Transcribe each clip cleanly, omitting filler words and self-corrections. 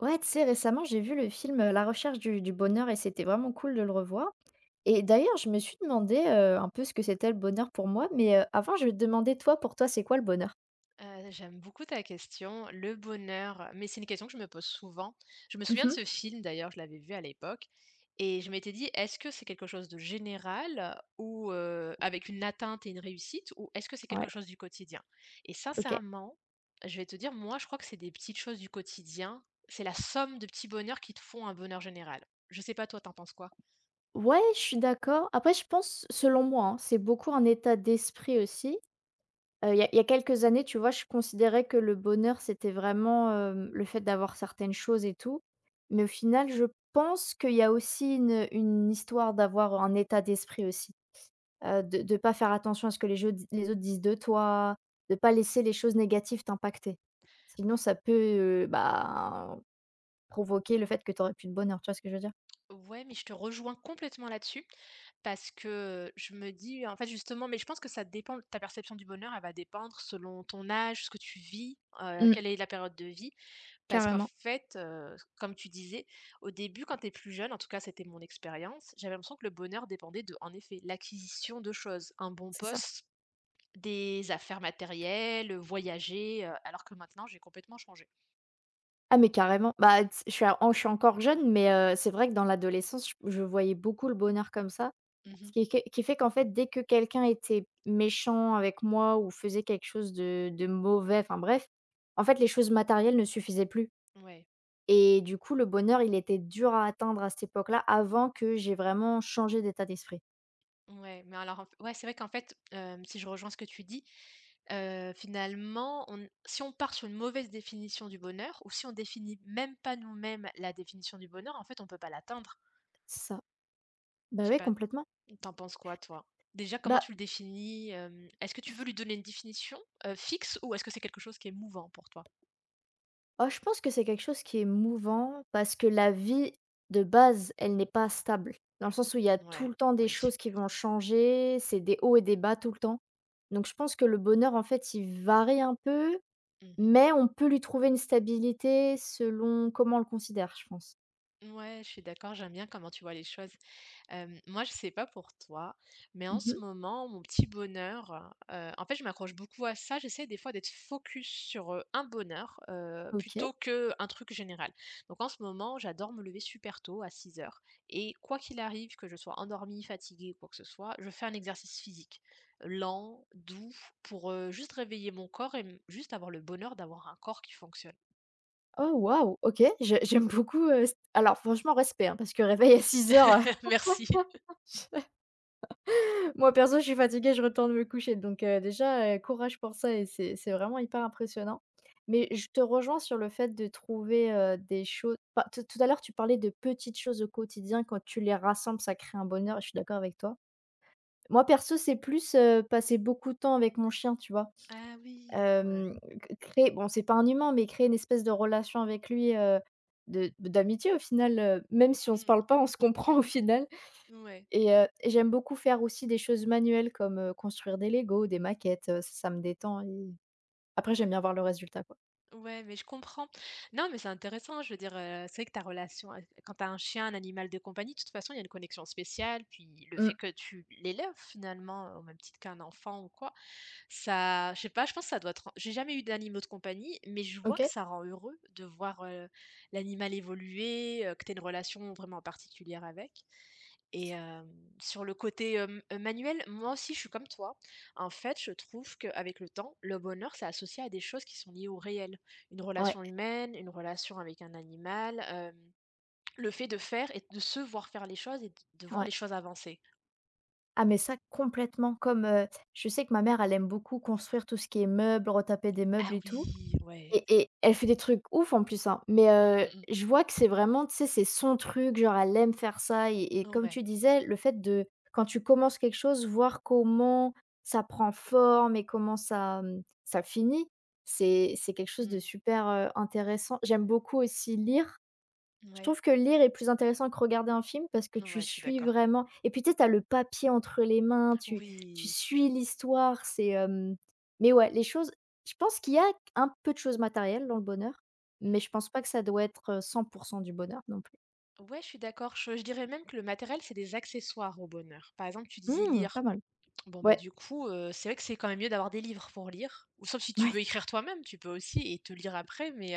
Ouais, tu sais, récemment, j'ai vu le film La recherche du bonheur et c'était vraiment cool de le revoir. Et d'ailleurs, je me suis demandé un peu ce que c'était le bonheur pour moi, mais avant, je vais te demander, toi, pour toi, c'est quoi le bonheur? J'aime beaucoup ta question. Le bonheur, mais c'est une question que je me pose souvent. Je me souviens de Mhm. ce film d'ailleurs, je l'avais vu à l'époque et je m'étais dit: «Est-ce que c'est quelque chose de général ou avec une atteinte et une réussite ou est-ce que c'est quelque Ouais. chose du quotidien?» Et Ok. sincèrement, je vais te dire, moi, je crois que c'est des petites choses du quotidien. C'est la somme de petits bonheurs qui te font un bonheur général. Je sais pas toi, tu en penses quoi? Ouais, je suis d'accord. Après, je pense, selon moi, hein, c'est beaucoup un état d'esprit aussi. Il y a quelques années, tu vois, je considérais que le bonheur, c'était vraiment le fait d'avoir certaines choses et tout. Mais au final, je pense qu'il y a aussi une histoire d'avoir un état d'esprit aussi. De ne pas faire attention à ce que les autres disent de toi, de pas laisser les choses négatives t'impacter. Sinon ça peut, bah, provoquer le fait que tu aurais plus de bonheur, tu vois ce que je veux dire? Ouais, mais je te rejoins complètement là-dessus parce que je me dis, en fait, justement, mais je pense que ça dépend, ta perception du bonheur, elle va dépendre selon ton âge, ce que tu vis, Mmh. quelle est la période de vie. Parce qu'en Carrément. fait, comme tu disais, au début, quand tu es plus jeune, en tout cas, c'était mon expérience, j'avais l'impression que le bonheur dépendait de, en effet, l'acquisition de choses, un bon C'est ça. poste, des affaires matérielles, voyager, alors que maintenant, j'ai complètement changé. Ah mais carrément, bah, tu je suis encore jeune mais c'est vrai que dans l'adolescence je voyais beaucoup le bonheur comme ça, Mhm. ce qui fait qu'en fait dès que quelqu'un était méchant avec moi ou faisait quelque chose de mauvais, enfin bref, en fait les choses matérielles ne suffisaient plus. Ouais. Et du coup, le bonheur, il était dur à atteindre à cette époque-là, avant que j'ai vraiment changé d'état d'esprit. Ouais, mais alors, en f ouais, c'est vrai qu'en fait, si je rejoins ce que tu dis, finalement, on si on part sur une mauvaise définition du bonheur ou si on définit même pas nous-mêmes la définition du bonheur, en fait, on peut pas l'atteindre. C'est ça. Bah, Je sais ouais, pas, complètement. t'en penses quoi, toi? Déjà, comment Bah, tu le définis? Est-ce que tu veux lui donner une définition, fixe ou est-ce que c'est quelque chose qui est mouvant pour toi? oh, je pense que c'est quelque chose qui est mouvant parce que la vie, de base, elle n'est pas stable. Dans le sens où il y a tout Ouais, le temps des oui. choses qui vont changer, c'est des hauts et des bas tout le temps. Donc je pense que le bonheur, en fait, il varie un peu, Mmh. mais on peut lui trouver une stabilité selon comment on le considère, je pense. Ouais, je suis d'accord, j'aime bien comment tu vois les choses. Moi, je sais pas pour toi, mais en Mmh. ce moment, mon petit bonheur, en fait, je m'accroche beaucoup à ça. J'essaie des fois d'être focus sur, un bonheur, OK. plutôt que un truc général. Donc en ce moment, j'adore me lever super tôt à 6 heures et quoi qu'il arrive, que je sois endormie, fatiguée ou quoi que ce soit, je fais un exercice physique lent, doux pour, juste réveiller mon corps et m juste avoir le bonheur d'avoir un corps qui fonctionne. Oh waouh! OK, je j'aime beaucoup, c alors franchement respect, hein, parce que réveil à 6 heures. Merci. Moi perso je suis fatiguée, je retourne me coucher donc déjà, courage pour ça et c'est vraiment hyper impressionnant. Mais je te rejoins sur le fait de trouver, des choses enfin tout à l'heure tu parlais de petites choses au quotidien, quand tu les rassembles ça crée un bonheur et je suis d'accord avec toi. Moi perso c'est plus, passer beaucoup de temps avec mon chien, tu vois? Ah oui, ouais. Hem, Créer bon, c'est pas un humain, mais créer une espèce de relation avec lui, de d'amitié au final, même si on se Mmh, parle pas, on se comprend au final ouais, et j'aime beaucoup faire aussi des choses manuelles comme, construire des Lego, des maquettes, ça me détend et après j'aime ouais. bien voir le résultat, quoi. Ouais, mais je comprends. Non, mais c'est intéressant, je veux dire, c'est vrai que ta relation avec quand tu as un chien, un animal de compagnie, de toute façon, il y a une connexion spéciale, puis le fait Mmh. que tu l'élèves finalement, au même titre qu'un enfant ou quoi, ça je sais pas, je pense que ça doit te ren j'ai jamais eu d'animaux de compagnie, mais je vois OK. que ça rend heureux de voir, l'animal évoluer, que tu une relation vraiment particulière avec et sur le côté, manuel, moi aussi je suis comme toi. En fait, je trouve qu'avec le temps, le bonheur, c'est associé à des choses qui sont liées au réel. Une Ouais, relation humaine, une relation avec un animal, le fait de faire et de se voir faire les choses et d de voir ouais. les choses avancer. Ah mais ça complètement comme, je sais que ma mère elle aime beaucoup construire tout ce qui est meubles, retaper des meubles Ah et tout. oui, ouais. Et elle fait des trucs ouf en plus, hein, mais Mmh, mmh je vois que c'est vraiment, tu sais, c'est son truc, genre elle aime faire ça et mh. comme tu Ouais. disais, le fait de quand tu commences quelque chose, voir comment ça prend forme et comment ça, mmh, ça finit, c'est quelque chose Mmh. de super, intéressant. J'aime beaucoup aussi lire. Je Ouais. trouve que lire est plus intéressant que regarder un film parce que Non, tu ouais, je suis suis d'accord. vraiment et puis tu sais, tu as le papier entre les mains, tu Oui. suis l'histoire, c'est, hem mais ouais, les choses je pense qu'il y a un peu de choses matérielles dans le bonheur, Mmh. mais je pense pas que ça doit être, 100 du bonheur non plus. Ouais, je suis d'accord. Je dirais même que le matériel, c'est des accessoires au bonheur. Par exemple, tu disais Mmh, lire. pas mal. Bon, bah, Ouais, du coup, c'est vrai que c'est quand même mieux d'avoir des livres pour lire, ou sauf si tu ouais, veux écrire toi-même, tu peux aussi et te lire après, mais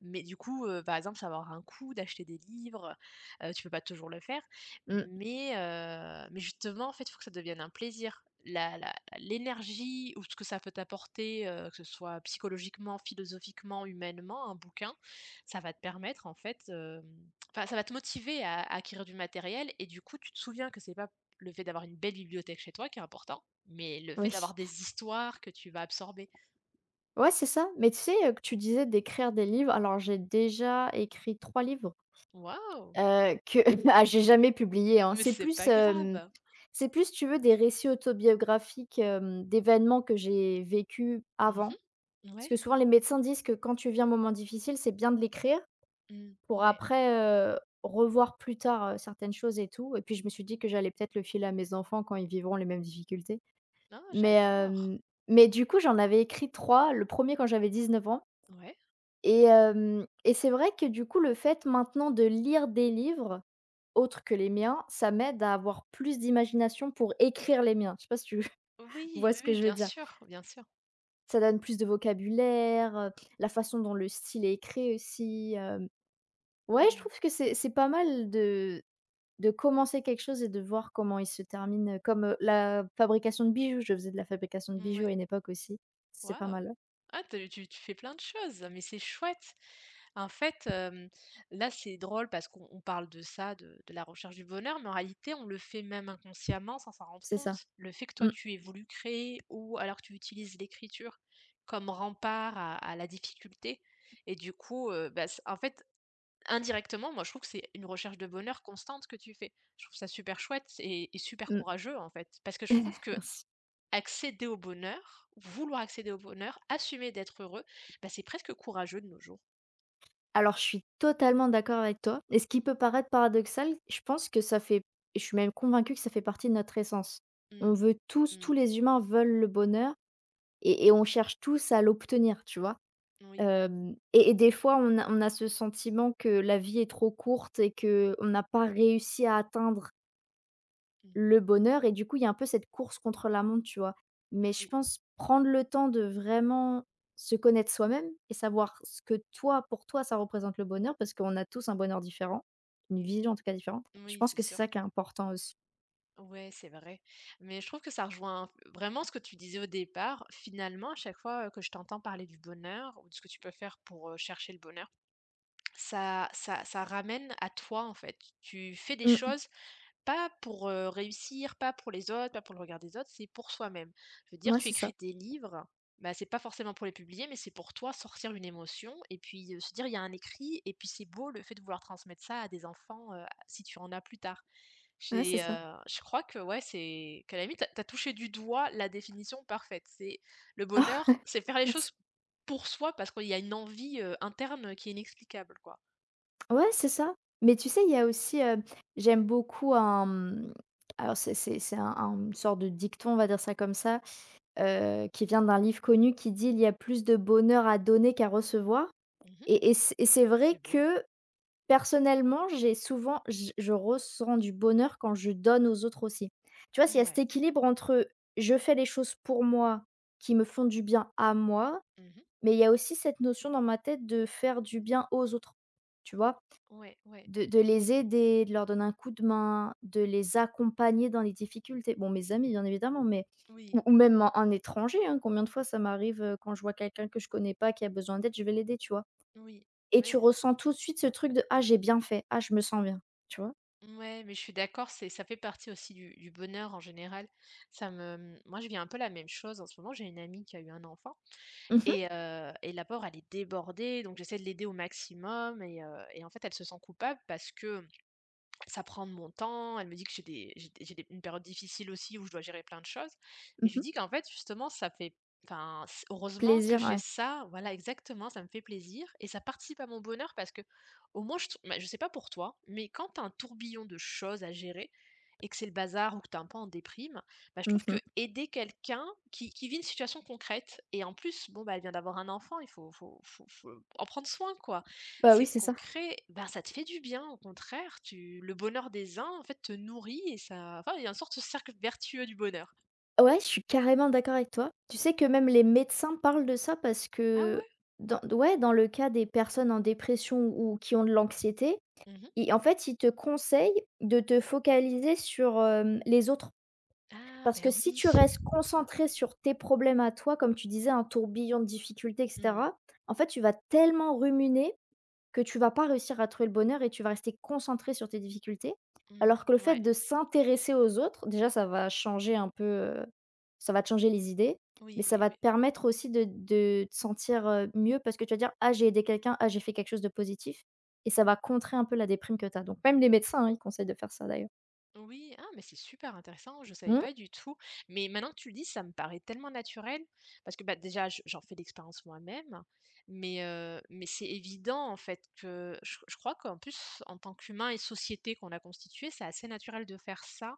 Mais du coup, par exemple, ça va avoir un coût d'acheter des livres, tu peux pas toujours le faire. mmh, Mais justement, en fait, il faut que ça devienne un plaisir. L'énergie ou ce que ça peut t'apporter, que ce soit psychologiquement, philosophiquement, humainement, un bouquin, ça va te permettre en fait, enfin, ça va te motiver à acquérir du matériel et du coup, tu te souviens que c'est pas le fait d'avoir une belle bibliothèque chez toi qui est important, mais le fait oui. d'avoir des histoires que tu vas absorber. Ouais, c'est ça, mais tu sais, que tu disais d'écrire des livres, alors j'ai déjà écrit 3 livres. Waouh! Que ah, j'ai jamais publié, hein. Mais C'est c'est plus, pas grave! Si tu veux, des récits autobiographiques, d'événements que j'ai vécus Mmh avant. mh. Parce Ouais. que souvent, les médecins disent que quand tu vis un moment difficile, c'est bien de l'écrire Mmh. pour Ouais. après, revoir plus tard, certaines choses et tout. Et puis, je me suis dit que j'allais peut-être le filer à mes enfants quand ils vivront les mêmes difficultés. Non, Mais, j'adore. Mais du coup, j'en avais écrit 3. Le premier quand j'avais 19 ans Ouais. et c'est vrai que, du coup, le fait maintenant de lire des livres autres que les miens, ça m'aide à avoir plus d'imagination pour écrire les miens. Je sais pas si tu Oui, vois oui, ce que oui, je veux bien dire? sûr, bien sûr. Ça donne plus de vocabulaire, la façon dont le style est écrit aussi, hem. Ouais, je Mmh. trouve que c'est pas mal de commencer quelque chose et de voir comment il se termine, comme, la fabrication de bijoux. Je faisais de la fabrication de bijoux à Mouais. une époque aussi. C'est pas Waouh! mal. Ouais. Ah, tu fais plein de choses, mais c'est chouette. En fait, là, c'est drôle parce qu'on on parle de ça, de la recherche du bonheur, mais en réalité, on le fait même inconsciemment sans s'en rendre C'est ça. compte. Le fait que toi, Mmh, tu aies voulu créer ou alors que tu utilises l'écriture comme rempart à la difficulté et du coup, bah, c en fait, indirectement, moi, je trouve que c'est une recherche de bonheur constante que tu fais. Je trouve ça super chouette et super mmh. courageux, en fait, parce que je trouve que Merci. accéder au bonheur, vouloir accéder au bonheur, assumer d'être heureux, bah, c'est presque courageux de nos jours. Alors, je suis totalement d'accord avec toi et ce qui peut paraître paradoxal, je pense que ça fait et je suis même convaincue que ça fait partie de notre essence. On Mmh, veut tous Tous mmh, les humains veulent le bonheur et on cherche tous à l'obtenir, tu vois? oui, Hem et des fois, on a ce sentiment que la vie est trop courte et que on n'a pas réussi à atteindre mmh, le bonheur et du coup, il y a un peu cette course contre la montre, tu vois? Mais je oui, pense prendre le temps de vraiment se connaître soi-même et savoir ce que toi pour toi, ça représente le bonheur parce qu'on a tous un bonheur différent, une vision en tout cas différente. mmh, Je oui, pense c'est que c'est sûr. ça qui est important aussi. Ouais, c'est vrai. Mais je trouve que ça rejoint vraiment ce que tu disais au départ. Finalement, à chaque fois, que je t'entends parler du bonheur ou de ce que tu peux faire pour, chercher le bonheur, ça ramène à toi, en fait. Tu fais des Mmh. choses pas pour, réussir, pas pour les autres, pas pour le regard des autres, c'est pour soi-même. Je veux dire, Ouais, tu c'est ça. écris des livres, bah, c'est pas forcément pour les publier, mais c'est pour toi, sortir une émotion et puis, se dire: «Il y a un écrit» et puis c'est beau le fait de vouloir transmettre ça à des enfants, si tu en as plus tard. Ouais, c'est J'ai, ça. Je crois que, ouais, c'est qu'à la limite, tu as touché du doigt la définition parfaite. C'est le bonheur, c'est faire les Merci. choses pour soi parce qu'il y a une envie, interne qui est inexplicable, quoi. Ouais, c'est ça. Mais tu sais, il y a aussi, j'aime beaucoup un, mmh, alors c'est un une sorte de dicton, on va dire ça comme ça, qui vient d'un livre connu qui dit: «Il y a plus de bonheur à donner qu'à recevoir». Mmh. Et c'est vrai C'est beau. que, personnellement, j'ai souvent j je ressens du bonheur quand je donne aux autres aussi. Tu vois, s'il y a cet Ouais. équilibre entre je fais les choses pour moi, qui me font du bien à moi, Mmh. mais il y a aussi cette notion dans ma tête de faire du bien aux autres, tu O vois? ouais, ouais. De les aider, de leur donner un coup de main, de les accompagner dans les difficultés. Bon, mes amis, bien évidemment, mais ou Oui, ou même un étranger, hein. Combien de fois ça m'arrive, quand je vois quelqu'un que je connais pas qui a besoin d'aide, je vais l'aider, tu vois? oui, Et tu mais ressens tout de suite ce truc de: «Ah, j'ai bien fait. Ah, je me sens bien», tu vois? ouais, mais je suis d'accord, c'est ça fait partie aussi du bonheur en général. Ça me Moi, je vis un peu la même chose en ce moment, j'ai une amie qui a eu un enfant Mmh mh, et la pauvre, elle est débordée, donc j'essaie de l'aider au maximum et en fait, elle se sent coupable parce que ça prend de mon temps. Elle me dit que j'ai des j'ai des j'ai des une période difficile aussi où je dois gérer plein de choses. Mais mmh je lui mh. dis qu'en fait, justement, ça fait enfin, c heureusement que Plaisir, j'ai ouais. ça, voilà, exactement, ça me fait plaisir et ça participe à mon bonheur parce que au moins, je t bah, je sais pas pour toi, mais quand t'as un tourbillon de choses à gérer et que c'est le bazar ou que t'es un peu en déprime, bah, je Mmh trouve que mh. aider quelqu'un qui vit une situation concrète et en plus, bon, bah, elle vient d'avoir un enfant, il faut en prendre soin, quoi. Bah, oui, C'est c'est ça. concret, ben, ça te fait du bien au contraire, tu le bonheur des uns, en fait, te nourrit et ça enfin, il y a une sorte de cercle vertueux du bonheur. Ouais, je suis carrément d'accord avec toi. Tu sais que même les médecins parlent de ça parce Ah que ouais? dans ouais, dans le cas des personnes en dépression ou qui ont de l'anxiété, Mmh. ils en fait, ils te conseillent de te focaliser sur, les autres. Ah Parce ben que si oui. tu restes concentré sur tes problèmes à toi, comme tu disais, un tourbillon de difficultés et Mmh. cetera, en fait, tu vas tellement ruminer que tu vas pas réussir à trouver le bonheur et tu vas rester concentré sur tes difficultés. Mmh. Alors que le fait Ouais. de s'intéresser aux autres, déjà ça va changer un peu, heu, ça va te changer les idées, mais Oui, ça oui, va te oui. permettre aussi de te sentir, mieux parce que tu vas dire: «Ah j'ai aidé quelqu'un, ah j'ai fait quelque chose de positif» et ça va contrer un peu la déprime que tu as. Donc même les médecins, hein, ils conseillent de faire ça d'ailleurs. Oui, ah mais c'est super intéressant, je savais Mmh, pas du tout. Mais maintenant que tu le dis, ça me paraît tellement naturel parce que, bah, déjà je j'en fais l'expérience moi-même, mais c'est évident en fait que je crois qu'en plus en tant qu'humain et société qu'on a constituée, c'est assez naturel de faire ça.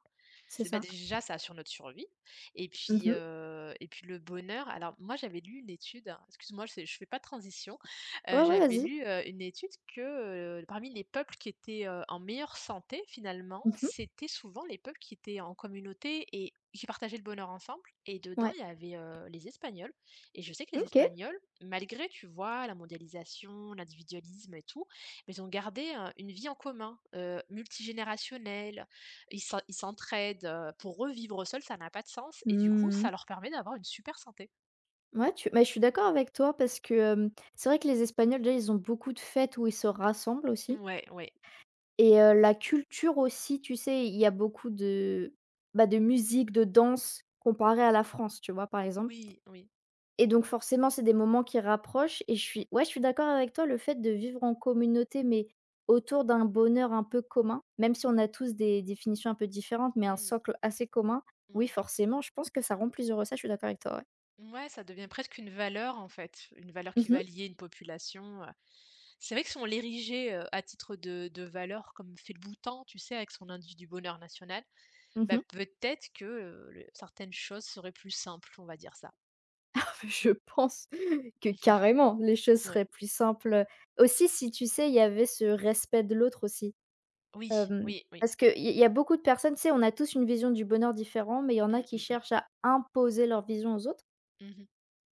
c'est C'est bah, ça. déjà ça assure notre survie Mmh. Et puis le bonheur alors moi j'avais lu une étude, hein, excuse-moi c'est je ne fais pas de transition, Ouais, ouais, j'avais vas-y. lu, une étude que, parmi les peuples qui étaient, en meilleure santé finalement, Mmh. c'était souvent les peuples qui étaient en communauté et qui partageaient le bonheur ensemble et dedans Ouais. il y avait, les Espagnols et je sais que les OK. Espagnols, malgré tu vois la mondialisation, l'individualisme et tout, mais ils ont gardé, une vie en commun, multigénérationnelle, ils s'entraident, pour eux, vivre seuls, ça n'a pas de sens et du coup, Mmh. ça leur permet d'avoir une super santé. Ouais, tu mais je suis d'accord avec toi parce que, c'est vrai que les Espagnols, déjà, ils ont beaucoup de fêtes où ils se rassemblent aussi Ouais, ouais. et la culture aussi, tu sais, il y a beaucoup de, bah, de musique, de danse comparée à la France, tu vois, par exemple Oui, oui. et donc forcément, c'est des moments qui rapprochent et je Mmh. suis ouais, je suis d'accord avec toi, le fait de vivre en communauté, mais autour d'un bonheur un peu commun, même si on a tous des définitions un peu différentes, mais un Mmh. socle assez commun, oui, Ouais. forcément, je pense que ça rend plus heureux. Ça, je suis d'accord avec toi, ouais. Mouais, ça devient presque une valeur, en fait, une valeur Mmh qui mh. va lier une population. C'est vrai que si on l'érigeait, à titre de valeur comme fait le Bhoutan, tu sais, avec son indice du bonheur national, bah, Mmh. peut-être que, le certaines choses seraient plus simples, on va dire ça. Je pense que carrément, les choses Ouais. seraient plus simples, aussi si tu sais, il y avait ce respect de l'autre aussi, Oui, hem, oui, oui. parce qu'il y a beaucoup de personnes, tu sais, on a tous une vision du bonheur différente, mais il y en a Mmh, qui mmh mh. cherchent à imposer leur vision aux autres Mmh.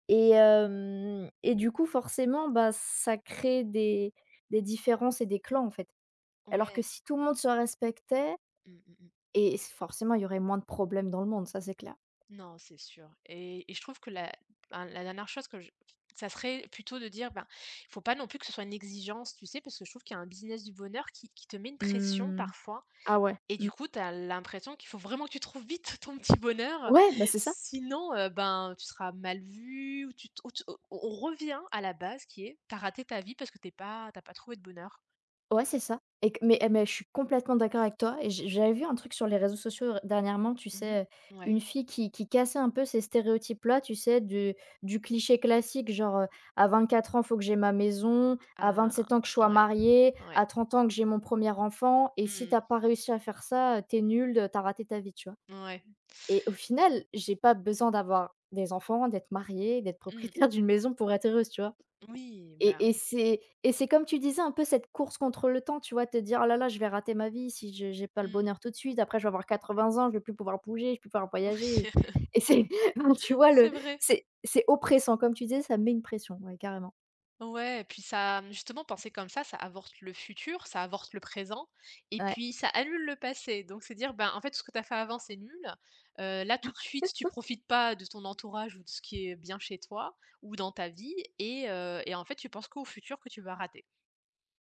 et du coup, forcément, bah, ça crée des différences et des clans, en fait. Alors que Ouais. si tout le monde se respectait Mmh mh. et forcément, il y aurait moins de problèmes dans le monde, ça c'est clair. Non, c'est sûr et je trouve que la dernière chose que je ça serait plutôt de dire, ben, il faut pas non plus que ce soit une exigence, tu sais? Parce que je trouve qu'il y a un business du bonheur qui te met une pression Mmh. parfois Ah ouais. et du Mmh. coup, tu as l'impression qu'il faut vraiment que tu trouves vite ton petit bonheur, Ouais, bah, c'est ça. sinon, ben, tu seras mal vu ou tu te ou tu on revient à la base qui est: t'as raté ta vie parce que t'as pas trouvé de bonheur. Ouais, c'est ça et mais je suis complètement d'accord avec toi et j'avais vu un truc sur les réseaux sociaux dernièrement, tu Mmh. sais, Ouais. une fille qui cassait un peu ces stéréotypes-là, tu sais, du cliché classique genre, à 4 ans, faut que j'ai ma maison, à Ah, 27 ans que je sois ouais, mariée, ouais. à 30 ans que j'ai mon premier enfant et si t'as Mmh. pas réussi à faire ça, t'es tu es nulle, raté ta vie, tu vois? Ouais. Et au final, j'ai pas besoin d'avoir des enfants, d'être mariée, d'être Mmh. propriétaire d'une maison pour être heureuse, tu vois? Oui, bah, Et oui. C'est comme tu disais un peu cette course contre le temps, tu vois? Te dire: «Oh là là, je vais rater ma vie si je j'ai pas le Mmh. bonheur tout de suite. Après je vais avoir 80 ans, je vais plus pouvoir bouger, je vais plus pouvoir voyager» Oui. et c'est enfin, tu vois le C'est vrai. c'est oppressant comme tu disais, ça met une pression, ouais, carrément. Ouais, et puis ça, mmh, justement, penser comme ça avorte le futur, ça avorte le présent, et Ouais. puis ça annule le passé. Donc, c'est dire, ben, en fait, tout ce que tu as fait avant, c'est nul. Là, tout de suite, tu profites pas de ton entourage ou de ce qui est bien chez toi ou dans ta vie, et en fait, tu penses qu'au futur que tu vas rater.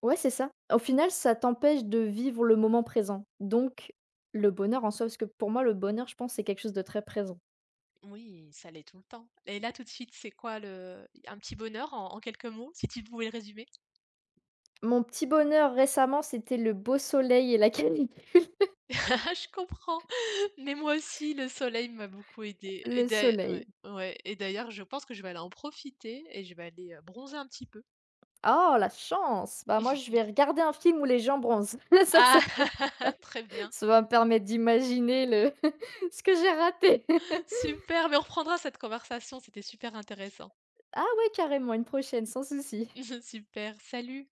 Ouais, c'est ça. Au final, ça t'empêche de vivre le moment présent, donc le bonheur en soi parce que pour moi, le bonheur, je pense, c'est quelque chose de très présent. Oui, ça l'est tout le temps. Et là, tout de suite, c'est quoi le... un petit bonheur en, en quelques mots, si tu pouvais le résumer? Mon petit bonheur récemment, c'était le beau soleil et la quali Ah je comprends, mais moi aussi le soleil m'a beaucoup aidée et le d'ail soleil. ouais, ouais et d'ailleurs je pense que je vais aller en profiter et je vais aller, bronzer un petit peu. Oh la chance! Bah, moi, je vais regarder un film où les gens bronzent. Ça ça Ah très bien, ça va me permettre d'imaginer le ce que j'ai raté. super, mais on reprendra cette conversation, c'était super intéressant. Ah ouais, carrément, une prochaine, sans souci. Super, salut.